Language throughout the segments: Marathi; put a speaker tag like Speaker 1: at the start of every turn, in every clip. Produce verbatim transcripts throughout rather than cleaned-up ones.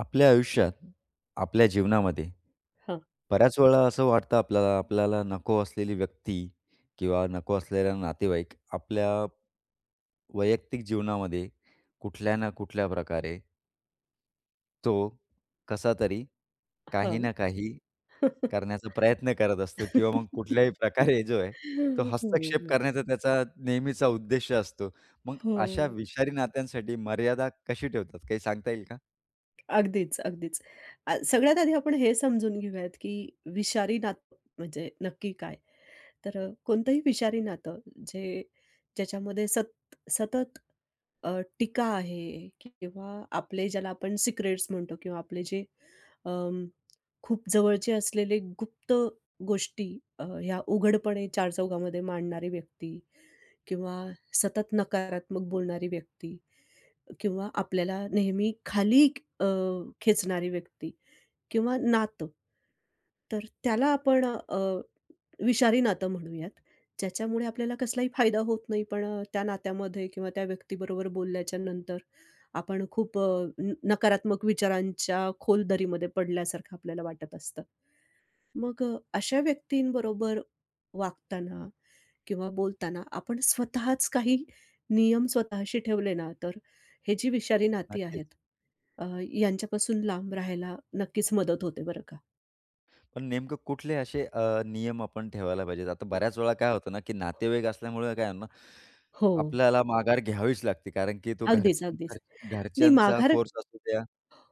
Speaker 1: आपल्या आयुष्यात, आपल्या जीवनामध्ये
Speaker 2: हां,
Speaker 1: बऱ्याच वेळा असं वाटतं आपल्याला, आपल्याला नको असलेली व्यक्ती किंवा नको असलेला नातेवाईक आपल्या वैयक्तिक जीवनामध्ये कुठल्या ना कुठल्या प्रकारे तो कसातरी काही
Speaker 2: हां.
Speaker 1: ना काही करण्याचा प्रयत्न करत असतो किंवा मग कुठल्याही प्रकारे जो आहे, तो
Speaker 2: हो,
Speaker 1: हस्तक्षेप
Speaker 2: हो.
Speaker 1: करण्याचा त्याचा नेहमीचा उद्देश असतो. मग
Speaker 2: हो.
Speaker 1: अशा विषारी नात्यांसाठी मर्यादा कशी ठेवतात? काही सांगता येईल का?
Speaker 2: अगदीच, अगदीच. अ, सगळ्यात आधी आपण हे समजून घेऊयात, की विषारी नातं म्हणजे नक्की काय? तर अ, कोणतंही विषारी नातं जे ज्याच्यामध्ये सत सतत अ, टीका आहे किंवा आपले ज्याला आपण सिक्रेट्स म्हणतो किंवा आपले जे अं, खूप जवळचे असलेले गुप्त गोष्टी अ, ह्या उघडपणे चारचौघामध्ये मांडणारी व्यक्ती किंवा सतत नकारात्मक बोलणारी व्यक्ती किंवा आपल्याला नेहमी खाली अ, खेचणारी व्यक्ती किंवा नातं. तर त्याला आपण अ, विषारी नातं म्हणूयात, ज्याच्यामुळे आपल्याला कसलाही फायदा होत नाही, पण अ, त्या नात्यामध्ये किंवा त्या व्यक्तीबरोबर बोलल्याच्या नंतर आपण खूप अ, न नकारात्मक विचारांच्या खोल दरीमध्ये पडल्यासारखं आपल्याला वाटत असतं. मग अ, अशा व्यक्तींबरोबर वागताना किंवा बोलताना आपण स्वतःच काही नियम स्वतःशी ठेवले ना, तर हे जी विषारी नाती
Speaker 1: नक्कीच.
Speaker 2: आहेत, अ, यांच्यापासून लांब राहायला नक्कीच मदत होते बरं का.
Speaker 1: पण नेमकं कुठले असे अ, नियम आपण ठेवायला पाहिजेत? आता बऱ्याच वेळा काय होतं ना, की नातेवाईक असल्यामुळं काय आहे ना,
Speaker 2: हो.
Speaker 1: आपल्याला माघार घ्यावीच लागते. कारण की तो
Speaker 2: अगदीच,
Speaker 1: घरच
Speaker 2: अगदीच.
Speaker 1: घरच
Speaker 2: नाही
Speaker 1: घरच्यांचा
Speaker 2: माघार.
Speaker 1: फोर्स असू द्या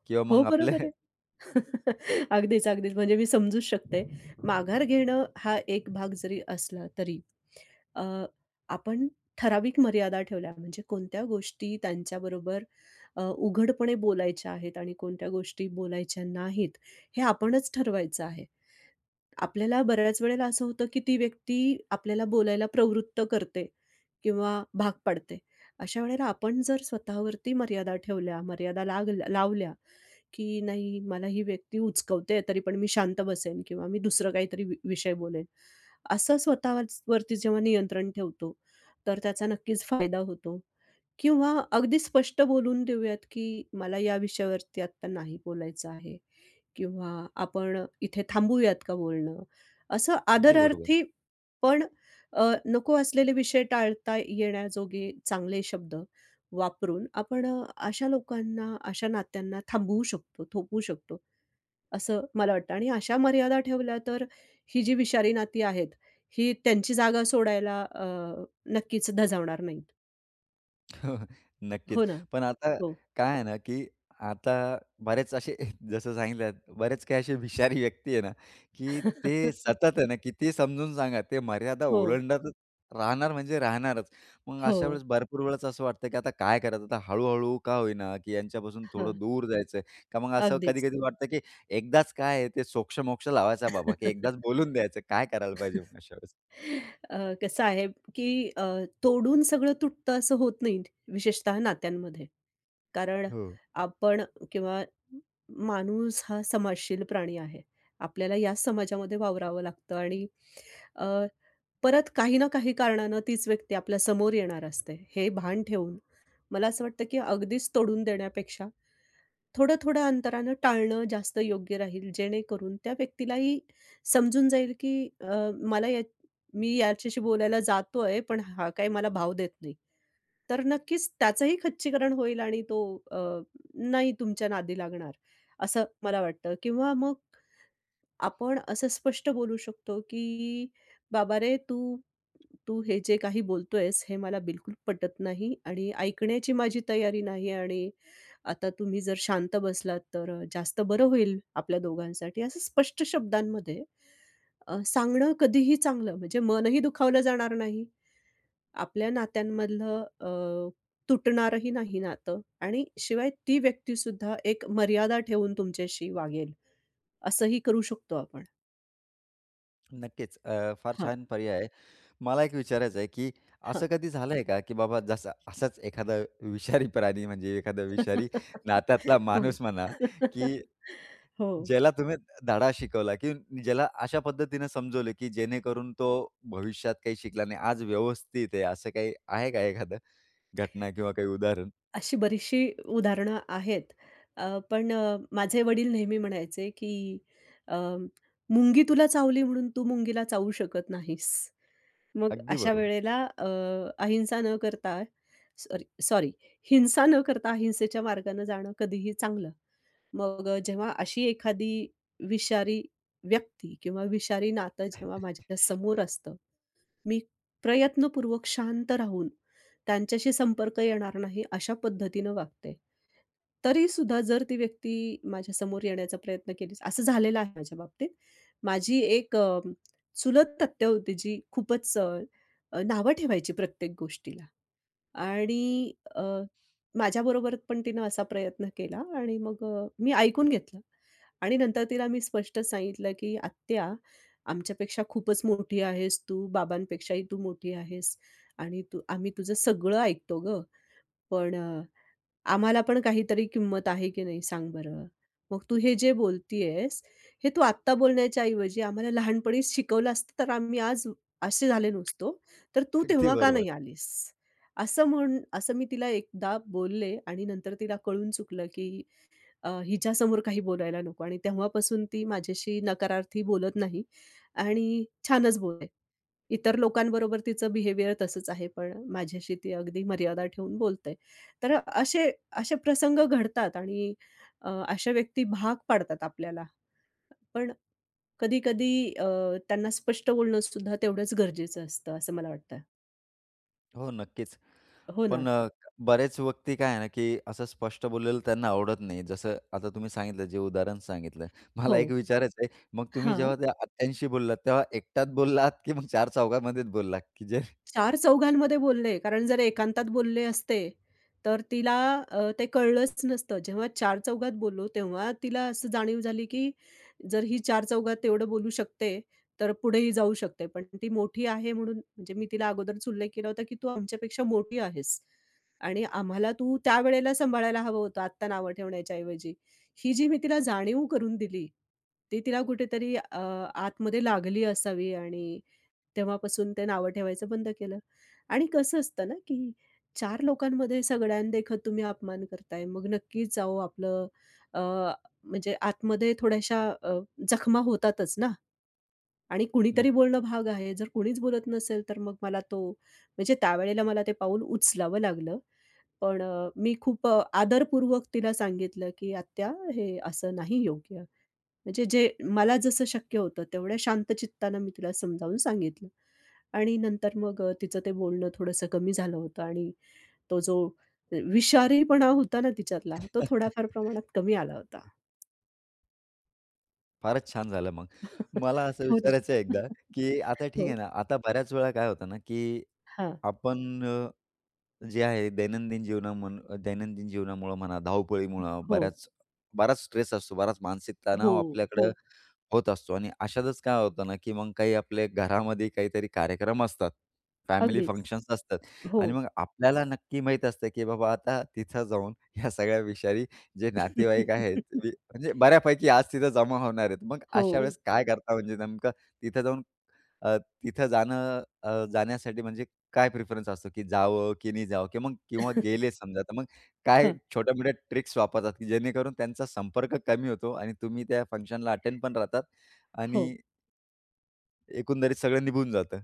Speaker 1: किंवा
Speaker 2: हो,
Speaker 1: मग आपले
Speaker 2: बरोबर आहे. अगदीच, अगदीच. म्हणजे मी समजूच शकते. माघार घेणं हा एक भाग जरी असला तरी अ, आपण ठराविक मर्यादा ठेवल्या म्हणजे कोणत्या गोष्टी त्यांच्याबरोबर अ, उघडपणे बोलायच्या आहेत आणि कोणत्या गोष्टी बोलायच्या नाहीत, हे आपणच ठरवायचं आहे. आपल्याला बऱ्याच वेळेला असं होतं, की ती व्यक्ती आपल्याला बोलायला प्रवृत्त करते किंवा भाग पाडते. अशा वेळेला आपण जर स्वतःवरती मर्यादा ठेवल्या, मर्यादा लाग लावल्या की नाही मला ही व्यक्ती उचकवते तरी पण मी शांत बसेन किंवा मी दुसरं काहीतरी वि विषय बोलेन. असं स्वतःवरती जेव्हा नियंत्रण ठेवतो, तर त्याचा नक्कीच फायदा होतो. किंवा अगदी स्पष्ट बोलून देऊयात की मला या विषयावरती आत्ता नाही बोलायचं आहे किंवा आपण इथे थांबूयात का बोलणं? असं
Speaker 1: अगदी बरोबर.
Speaker 2: आदरार्थी पण अ, नको असलेले विषय टाळता येण्याजोगे चांगले शब्द वापरून आपण अ, अशा लोकांना, अशा नात्यांना थांबवू शकतो, थोपवू शकतो, असं मला वाटतं आणि अशा मर्यादा ठेवल्या तर ही जी विषारी नाती आहेत, ही त्यांची जागा सोडायला अ, नक्कीच धजावणार नाहीत.
Speaker 1: हो, नक्कीच.
Speaker 2: हो ना.
Speaker 1: पण आता
Speaker 2: हो.
Speaker 1: काय आहे ना, की आता बरेच असे जसं सांगितलं, बरेच काही असे विषारी व्यक्ती आहे ना, की ते सतत आहे ना, कितीही समजून सांगा, ते मर्यादा
Speaker 2: हो,
Speaker 1: ओलांडतच राहणार म्हणजे राहणारच. मग
Speaker 2: हो.
Speaker 1: अशा वेळेस भरपूर वेळेस असं वाटतं, की आता काय करायचं? आता हळू का होईना, की यांच्यापासून
Speaker 2: हं,
Speaker 1: थोडं दूर जायचं का मग असं
Speaker 2: अगदीच.
Speaker 1: कधी-कधी वाटतं, की एकदाच काय आहे ते सोक्ष लावायचा बाबा, की एकदाच बोलून द्यायचं. काय करायला पाहिजे मग अशा वेळेस?
Speaker 2: अ, कसं आहे, की अ, तोडून सगळं तुटतं असं होत नाही, विशेषतः नात्यांमध्ये. कारण
Speaker 1: हो.
Speaker 2: आपण किंवा माणूस हा समाजशील प्राणी आहे. आपल्याला या समाजामध्ये वावरावं लागतं आणि अ, परत काही ना काही कारणानं तीच व्यक्ती आपल्या समोर येणार असते. हे भान ठेवून मला असं वाटतं, की अगदीच तोडून देण्यापेक्षा थोडं-थोडं अंतरानं टाळणं जास्त योग्य राहील. जेणेकरून त्या व्यक्तीलाही समजून जाईल, की अ, मला या मी याच्याशी बोलायला जातोय, पण हा काही मला भाव देत नाही. तर नक्कीच त्याचंही खच्चीकरण होईल आणि तो अ, नाही तुमच्या नादी लागणार, असं मला वाटतं किंवा मग आपण असं स्पष्ट बोलू शकतो, की "बाबा रे, तू तू हे जे काही बोलतोयस, हे मला बिलकुल पटत नाही आणि ऐकण्याची माझी तयारी नाही आणि आता तुम्ही जर शांत बसलात, तर जास्त बरं होईल आपल्या दोघांसाठी." असं स्पष्ट शब्दांमध्ये अ, सांगणं कधीही चांगलं, म्हणजे मनही दुखावलं जाणार नाही. आपल्या नात्यांमधलं अ, तुटणारही नाही नातं आणि शिवाय ती व्यक्तीसुद्धा एक मर्यादा ठेवून तुमच्याशी वागेल, असंही करू शकतो आपण.
Speaker 1: नक्कीच. अ, फार
Speaker 2: हां,
Speaker 1: छान पर्याय आहे. मला एक विचारायचं आहे, की
Speaker 2: हां.
Speaker 1: असं कधी झालंय का, की बाबा जसा असाच एखादा विषारी प्राणी म्हणजे एखादा विषारी नात्यातला
Speaker 2: हो.
Speaker 1: माणूस म्हणा, की
Speaker 2: हो.
Speaker 1: ज्याला तुम्ही धडा शिकवला, की ज्याला अशा पद्धतीनं समजवलं, की जेणेकरून तो भविष्यात काही शिकला नाही. आज व्यवस्थित आहे. असं काही आहे का एखादं घटना किंवा काही उदाहरण?
Speaker 2: अशी बरीचशी उदाहरणं आहेत. अ, पण अ, माझे वडील नेहमी म्हणायचे, की अ, "मुंगी तुला चावली म्हणून तू मुंगीला चावू शकत नाहीस." मग
Speaker 1: अगदी
Speaker 2: अशा
Speaker 1: बरोबर.
Speaker 2: वेळेला अ, अहिंसा न करता सॉरी सॉरी, हिंसा न करता अहिंसेच्या मार्गानं जाणं कधीही चांगलं. मग अ, जेव्हा अशी एखादी विषारी व्यक्ती किंवा विषारी नातं जेव्हा माझ्या समोर असतं, मी प्रयत्नपूर्वक शांत राहून त्यांच्याशी संपर्क येणार नाही अशा पद्धतीनं वागते. तरीसुद्धा जर ती व्यक्ती माझ्यासमोर येण्याचा प्रयत्न केली असं झालेलं आहे माझ्या बाबतीत. माझी एक अ, चुलत आत्या होती जी खूपच अ, अ, नावं ठेवायची प्रत्येक गोष्टीला आणि अ, माझ्याबरोबर पण तिनं असा प्रयत्न केला आणि मग अ, मी ऐकून घेतलं. आणि नंतर तिला मी स्पष्ट सांगितलं, की "आत्या, आमच्यापेक्षा खूपच मोठी आहेस तू. बाबांपेक्षाही तू मोठी आहेस आणि तू आम्ही तुझं सगळं ऐकतो गं, पण अ, आम्हाला पण काहीतरी किंमत आहे की नाही सांग बरं. मग तू हे जे बोलतीयेस, हे तू आत्ता बोलण्याच्या ऐवजी आम्हाला लहानपणीच शिकवलं असतं तर आम्ही आज असे झाले नसतो. तर तू
Speaker 1: अगदी
Speaker 2: तेव्हा का
Speaker 1: बरोबर.
Speaker 2: नाही आलीस?" असं म्हण असं मी तिला एकदा बोलले आणि नंतर तिला कळून चुकलं, की अ, हिच्यासमोर काही बोलायला नको आणि तेव्हापासून ती माझ्याशी नकारार्थी बोलत नाही आणि छानच बोलते. इतर लोकांबरोबर तिचं बिहेवियर तसंच आहे, पण माझ्याशी ती अगदी मर्यादा ठेवून बोलते. तर असे असे प्रसंग घडतात आणि अ, अशा व्यक्ती भाग पाडतात आपल्याला. पण कधी-कधी त्यांना स्पष्ट बोलणं सुद्धा तेवढंच गरजेचं असतं, असं मला वाटतं.
Speaker 1: हो, नक्कीच.
Speaker 2: हो ना.
Speaker 1: पण अ, बरेच व्यक्ती काय आहे ना, की असं स्पष्ट बोललेलं त्यांना आवडत नाही. जसं आता तुम्ही सांगितलं, जे उदाहरण सांगितलं. मला
Speaker 2: हो.
Speaker 1: एक विचारायचं आहे, मग तुम्ही
Speaker 2: हां.
Speaker 1: जेव्हा त्या आत्यांशी बोललात, तेव्हा एकट्यात बोललात, की मग चार चौघांमध्येच बोललात? की जे
Speaker 2: चार चौघांमध्ये बोलले, कारण जर एकांतात बोलले असते, तर तिला अ, ते कळलंच नसतं. जेव्हा चार चौघात बोललो, तेव्हा तिला असं जाणीव झाली, की जर ही चार चौघात एवढं बोलू शकते, तर पुढेही जाऊ शकते. पण ती मोठी आहे म्हणून म्हणजे मी तिला अगोदरच उल्लेख केला होता, की "तू आमच्यापेक्षा मोठी आहेस आणि आम्हाला तू त्यावेळेला सांभाळायला हवं होतं, आत्ता नावं ठेवण्याच्या ऐवजी." ही जी मी तिला जाणीव करून दिली, ती तिला कुठेतरी अ, आतमध्ये लागली असावी आणि तेव्हापासून ते नावं ठेवायचं बंद केलं. आणि कसं असतं ना, की चार लोकांमध्ये सगळ्यांदेखत तुम्ही अपमान करताय. मग नक्कीच अहो आपलं अ, म्हणजे आतमध्ये थोड्याशा अ, जखमा होतातच ना आणि कुणीतरी बोलणं
Speaker 1: नक्कीच.
Speaker 2: भाग आहे. जर कुणीच बोलत नसेल, तर मग मला तो म्हणजे त्यावेळेला मला ते पाऊल उचलावं लागलं. पण अ, मी खूप अ, आदरपूर्वक तिला सांगितलं, की "आत्या, हे असं नाही योग्य." म्हणजे जे मला जसं शक्य होतं, तेवढ्या शांतचित्तानं मी तिला समजावून सांगितलं. आणि नंतर मग अ, तिचं ते बोलणं थोडंसं कमी झालं होतं आणि तो जो विषारीपणा होता ना तिच्यातला, तो थोड्याफार प्रमाणात कमी आला होता.
Speaker 1: फारच छान झालं मग. मला असं
Speaker 2: हो ना.
Speaker 1: विचारायचं आहे एकदा, की आता ठीक
Speaker 2: हो.
Speaker 1: आहे ना, आता बऱ्याच वेळा काय होतं ना, की
Speaker 2: हां.
Speaker 1: आपण जे आहे दैनंदिन जीवना म्हण दैनंदिन जीवनामुळं म्हणा, धावपळीमुळं
Speaker 2: हो.
Speaker 1: बऱ्याच बराच स्ट्रेस असतो, बराच मानसिक
Speaker 2: हो,
Speaker 1: तणाव आपल्याकडं
Speaker 2: हो.
Speaker 1: होत असतो आणि अशातच काय होतं ना, की मग काही आपल्या घरामध्ये काहीतरी कार्यक्रम असतात, फॅमिली
Speaker 2: अगदीच.
Speaker 1: फंक्शन्स असतात
Speaker 2: हो.
Speaker 1: आणि मग आपल्याला नक्की माहीत असतं, की बाबा आता तिथं जाऊन या सगळ्या विषारी जे नातेवाईक आहेत, वी म्हणजे बऱ्यापैकी आज तिथं जमा होणार आहेत. मग
Speaker 2: हो.
Speaker 1: अशा वेळेस काय करता म्हणजे नेमकं तिथं जाऊन अ, तिथं जाणं अ, जाण्यासाठी म्हणजे काय प्रिफरन्स असतो, की जावं की नाही जावं? की मग किंवा गेले समजा, तर मग काय
Speaker 2: हां.
Speaker 1: छोट्या-मोठ्या ट्रिक्स वापरतात, की जेणेकरून त्यांचा संपर्क कमी होतो आणि तुम्ही त्या फंक्शनला अटेंड पण राहतात
Speaker 2: हो.
Speaker 1: आणि एकंदरीत सगळं निघून जातं?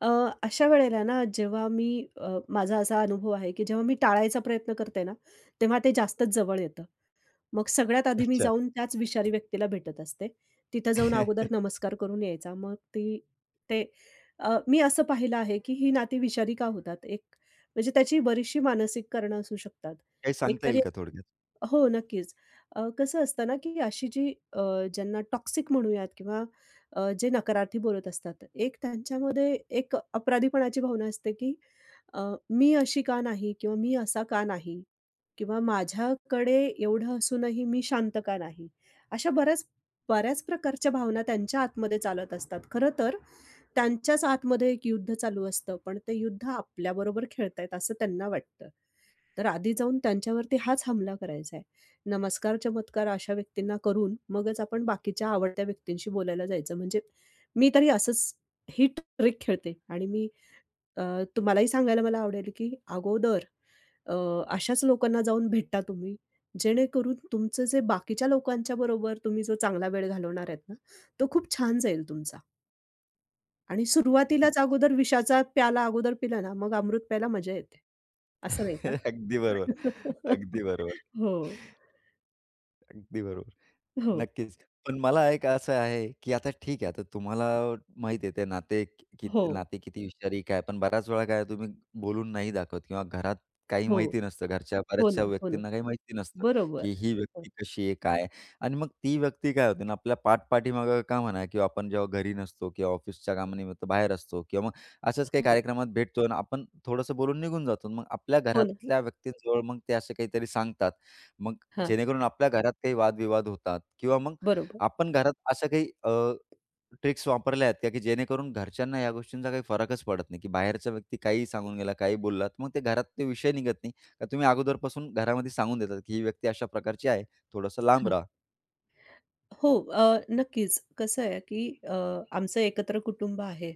Speaker 2: अ, अशा वेळेला ना जेव्हा मी अ, माझा असा अनुभव आहे, की जेव्हा मी टाळायचा प्रयत्न करते ना, तेव्हा ते जास्तच जवळ येतं. मग सगळ्यात आधी मी
Speaker 1: अच्छा.
Speaker 2: जाऊन त्याच विषारी व्यक्तीला भेटत असते. तिथं जाऊन अगोदर नमस्कार करून यायचा. मग ती ते अ, मी असं पाहिलं आहे, की ही नाती विषारी का होतात? एक म्हणजे त्याची बरीचशी मानसिक कारणं असू शकतात.
Speaker 1: काही सांगता
Speaker 2: एकतर
Speaker 1: येईल का थोडक्यात?
Speaker 2: हो, नक्कीच. अ, कसं असतं ना, की अशी जी अ, ज्यांना टॉक्सिक म्हणूयात किंवा अ, जे नकारार्थी बोलत असतात, एक त्यांच्यामध्ये एक अपराधीपणाची भावना असते, की अ, मी अशी का नाही किंवा मी असा का नाही किंवा माझ्याकडे एवढं असूनही मी शांत का नाही? अशा बऱ्याच बऱ्याच प्रकारच्या भावना त्यांच्या आतमध्ये चालत असतात. खरं तर त्यांच्याच आतमध्ये एक युद्ध चालू असतं, पण ते युद्ध आपल्याबरोबर खेळतायत असं त्यांना वाटतं. तर आधी जाऊन त्यांच्यावरती हाच हमला करायचा आहे. नमस्कार-चमत्कार अशा व्यक्तींना करून मगच आपण बाकीच्या आवडत्या व्यक्तींशी बोलायला जायचं. म्हणजे मी तरी असंच ही ट्रिक खेळते आणि मी अ, तुम्हालाही सांगायला मला आवडेल, की अगोदर अ, अशाच लोकांना जाऊन भेटा तुम्ही, जेणेकरून तुमचं जे बाकीच्या लोकांच्या बरोबर तुम्ही जो चांगला वेळ घालवणार आहेत ना, तो खूप छान जाईल तुमचा. आणि सुरुवातीलाच
Speaker 1: नक्कीच.
Speaker 2: अगोदर विषाचा प्याला अगोदर पिला ना, मग अमृत प्यायला मजा येते. असं नाही का?
Speaker 1: अगदी बरोबर. अगदी बरोबर.
Speaker 2: हो.
Speaker 1: अगदी बरोबर.
Speaker 2: हो.
Speaker 1: नक्कीच. पण मला एक असं आहे, की आता ठीक आहे, आता तुम्हाला माहिती आहे ते नाते की
Speaker 2: हो.
Speaker 1: नाते किती विषारी काय, पण बऱ्याच वेळा काय तुम्ही बोलून नाही दाखवत किंवा घरात काही
Speaker 2: हो.
Speaker 1: माहिती नसतं. घरच्या
Speaker 2: हो ना,
Speaker 1: बऱ्याचशा
Speaker 2: हो ना.
Speaker 1: व्यक्तींना काही माहिती नसतं,
Speaker 2: बरोबर.
Speaker 1: की ही
Speaker 2: हो,
Speaker 1: व्यक्ती कशी आहे, काय आहे? आणि मग ती व्यक्ती काय होते ना, आपल्या पाठपाठीमागं का म्हणा किंवा आपण जेव्हा घरी नसतो किंवा ऑफिसच्या कामानिमित्त बाहेर असतो किंवा मग अशाच काही
Speaker 2: हो.
Speaker 1: कार्यक्रमात भेटतो आणि आपण थोडंसं बोलून निघून जातो. मग आपल्या
Speaker 2: हो ना.
Speaker 1: घरातल्या व्यक्तींजवळ मग ते असे काहीतरी सांगतात. मग
Speaker 2: हां,
Speaker 1: जेणेकरून आपल्या घरात काही वादविवाद होतात किंवा मग
Speaker 2: बरोबर.
Speaker 1: आपण घरात अशा काही अ, ट्रिक्स वापरल्या आहेत का, की जेणेकरून घरच्यांना या गोष्टींचा काही फरकच पडत नाही, की बाहेरचा व्यक्ती काहीही सांगून गेला, काही बोलला, तर मग ते घरात ते विषय निघत नाही. का तुम्ही अगोदरपासून घरामध्ये सांगून देतात, की ही व्यक्ती अशा प्रकारची आहे, थोडंसं लांब
Speaker 2: हां.
Speaker 1: राहा.
Speaker 2: हो, अ, नक्कीच. कसं आहे, की अ, आमचं एकत्र कुटुंब आहे.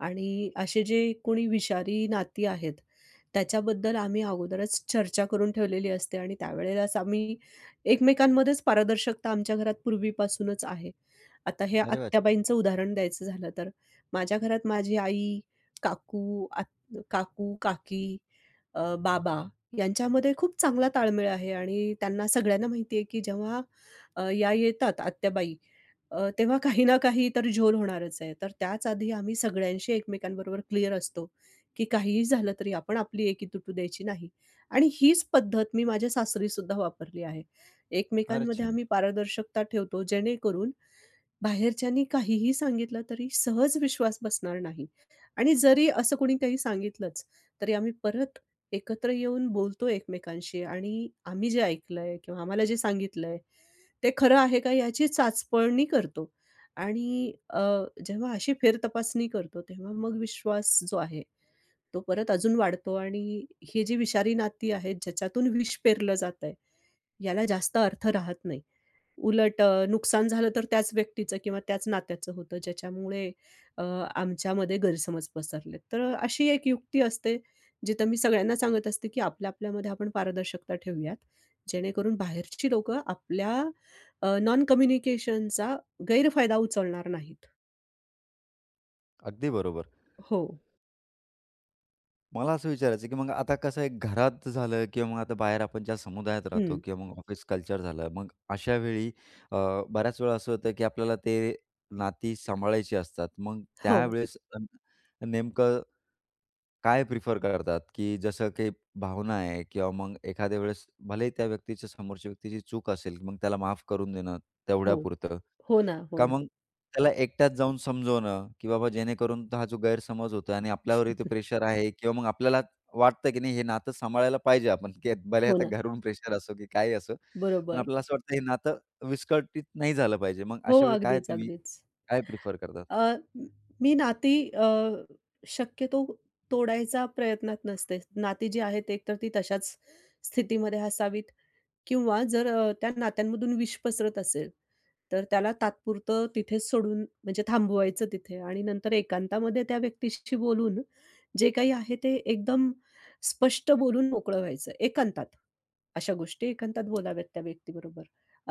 Speaker 2: आणि असे जे कोणी विषारी नाती आहेत, त्याच्याबद्दल आम्ही अगोदरच चर्चा करून ठेवलेली असते आणि त्यावेळेलाच आम्ही एकमेकांमध्येच पारदर्शकता आमच्या घरात पूर्वीपासूनच आहे. आता हे
Speaker 1: अरे वाह! छान.
Speaker 2: आत्याबाईंचं उदाहरण द्यायचं झालं तर, माझ्या घरात माझी आई, काकू, आत काकू, काकी, अ, बाबा यांच्यामध्ये खूप चांगला ताळमेळ आहे आणि त्यांना सगळ्यांना माहिती आहे, की जेव्हा अ, या येतात आत्याबाई, अ, तेव्हा काही ना काही तर झोल होणारच आहे. तर त्याच आधी आम्ही सगळ्यांशी एकमेकांबरोबर क्लिअर असतो, की काहीही झालं तरी आपण आपली एकी तुटू द्यायची नाही. आणि हीच पद्धत मी माझ्या सासरीसुद्धा वापरली आहे.
Speaker 1: फारच
Speaker 2: एकमेकांमध्ये
Speaker 1: छान.
Speaker 2: आम्ही पारदर्शकता ठेवतो जेणेकरून बाहेरच्यांनी काहीही सांगितलं तरी सहज विश्वास बसणार नाही आणि जरी असं कोणी काही सांगितलंच, तरी आम्ही परत एकत्र येऊन बोलतो एकमेकांशी आणि आम्ही जे ऐकलंय किंवा आम्हाला जे सांगितलंय, ते खरं आहे का याची चाचपळणी करतो. आणि अ, जेव्हा अशी फेरतपासणी करतो, तेव्हा मग विश्वास जो आहे, तो परत अजून वाढतो आणि हे जी विषारी नाती आहेत, ज्याच्यातून विष पेरलं जातंय, याला जास्त अर्थ राहत नाही. उलट अ, नुकसान झालं तर त्याच व्यक्तीचं किंवा त्याच नात्याचं होतं, ज्याच्यामुळे अ, आमच्यामध्ये गैरसमज पसरले, तर अशी एक युक्ती असते, जिथं मी सगळ्यांना सांगत असते, की आपल्या-आपल्यामध्ये आपण पारदर्शकता ठेवूयात, जेणेकरून बाहेरची लोकं आपल्या अ, नॉन कम्युनिकेशनचा गैरफायदा उचलणार नाहीत.
Speaker 1: अगदी बरोबर.
Speaker 2: हो.
Speaker 1: मला असं विचारायचं आहे, की मग आता कसं आहे घरात झालं किंवा मग आता बाहेर आपण ज्या समुदायात राहतो
Speaker 2: हं.
Speaker 1: किंवा मग ऑफिस कल्चर झालं. मग अशा वेळी अ, बऱ्याच वेळा असं होतं, की आपल्याला ते नाती सांभाळायची असतात. मग
Speaker 2: हो,
Speaker 1: त्यावेळेस अ, नेमकं काय प्रिफर करतात, की जसं काही भावना आहे किंवा मग एखाद्या वेळेस भलेही त्या व्यक्तीच्या समोरच्या व्यक्तीची चूक असेल, मग त्याला माफ करून देणं
Speaker 2: हो.
Speaker 1: तेवढ्यापुरतं.
Speaker 2: हो ना, हो
Speaker 1: का
Speaker 2: ना,
Speaker 1: मग त्याला एकट्यात जाऊन समजवणं, की बाबा जेणेकरून हा जो गैरसमज होतो आणि आपल्यावरही ते प्रेशर आहे किंवा मग आपल्याला वाटतं, की नाही हे नातं सांभाळायला पाहिजे आपण, की भले
Speaker 2: हो
Speaker 1: आता
Speaker 2: ना.
Speaker 1: घरून प्रेशर असो की काही असो, पण
Speaker 2: बरोबर.
Speaker 1: आपल्याला असं वाटतं हे नातं विस्कळीत नाही झालं पाहिजे. मग
Speaker 2: हो,
Speaker 1: अशा वेळी काय
Speaker 2: अगदीच,
Speaker 1: तुम्ही
Speaker 2: अगदीच.
Speaker 1: काय प्रिफर करतात?
Speaker 2: अ, मी नाती अ, शक्यतो तोडायचा प्रयत्नात नसते. नाती जी आहेत एकतर ती तशाच स्थितीमध्ये असावीत किंवा जर अ, त्या नात्यांमधून विष पसरत असेल तर त्याला तात्पुरतं तिथेच सोडून म्हणजे थांबवायचं तिथे आणि नंतर एकांतामध्ये त्या व्यक्तीशी बोलून जे काही आहे ते एकदम स्पष्ट बोलून मोकळं व्हायचं एकांतात. अशा गोष्टी एकांतात बोलाव्यात त्या व्यक्तीबरोबर,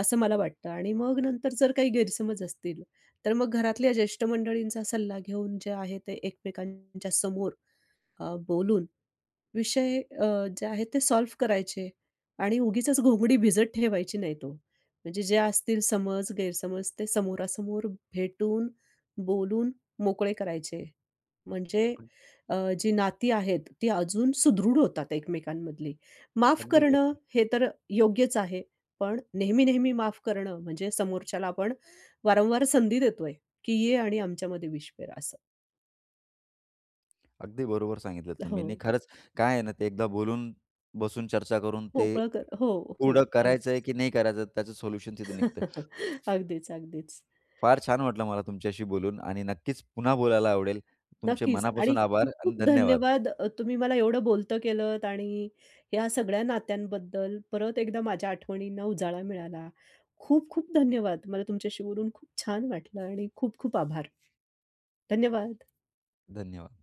Speaker 2: असं मला वाटतं आणि मग नंतर जर काही गैरसमज असतील, तर मग घरातल्या ज्येष्ठ मंडळींचा सल्ला घेऊन जे आहे ते एकमेकांच्या समोर अ, बोलून विषय अ, जे आहेत ते सॉल्व्ह करायचे आणि उगीचच घोंगडी भिजत ठेवायची नाही तो. म्हणजे जे असतील समज, गैरसमज ते समोरासमोर भेटून, बोलून मोकळे करायचे. म्हणजे अ, जी नाती आहेत ती अजून सुदृढ होतात एकमेकांमधली. माफ
Speaker 1: अगदी
Speaker 2: करणं
Speaker 1: बरोबर.
Speaker 2: हे तर योग्यच आहे. पण नेहमी-नेहमी माफ करणं म्हणजे समोरच्याला आपण वारंवार संधी देतोय, की ये आणि आमच्यामध्ये विष असं.
Speaker 1: अगदी बरोबर सांगितलं
Speaker 2: हो.
Speaker 1: तुम्ही. नाही खरंच काय आहे ना, ते एकदा बोलून, बसून चर्चा करून ते
Speaker 2: मोकळं कर हो, हो.
Speaker 1: पुढं
Speaker 2: अगदी.
Speaker 1: करायचंय की नाही करायचं त्याचं सोल्युशन तिथे निघतं.
Speaker 2: अगदीच, अगदीच.
Speaker 1: फार छान वाटलं मला तुमच्याशी बोलून आणि नक्कीच पुन्हा बोलायला आवडेल. तुमचे
Speaker 2: नक्कीच आणि
Speaker 1: मनापासून आभार आणि
Speaker 2: खूप-खूप
Speaker 1: धन्यवाद.
Speaker 2: धन्यवाद. अ, तुम्ही मला एवढं बोलतं केलत आणि ह्या सगळ्या नात्यांबद्दल परत एकदा माझ्या आठवणींना उजाळा मिळाला. खूप-खूप धन्यवाद. मला तुमच्याशी बोलून खूप छान वाटलं आणि खूप-खूप आभार. धन्यवाद.
Speaker 1: धन्यवाद.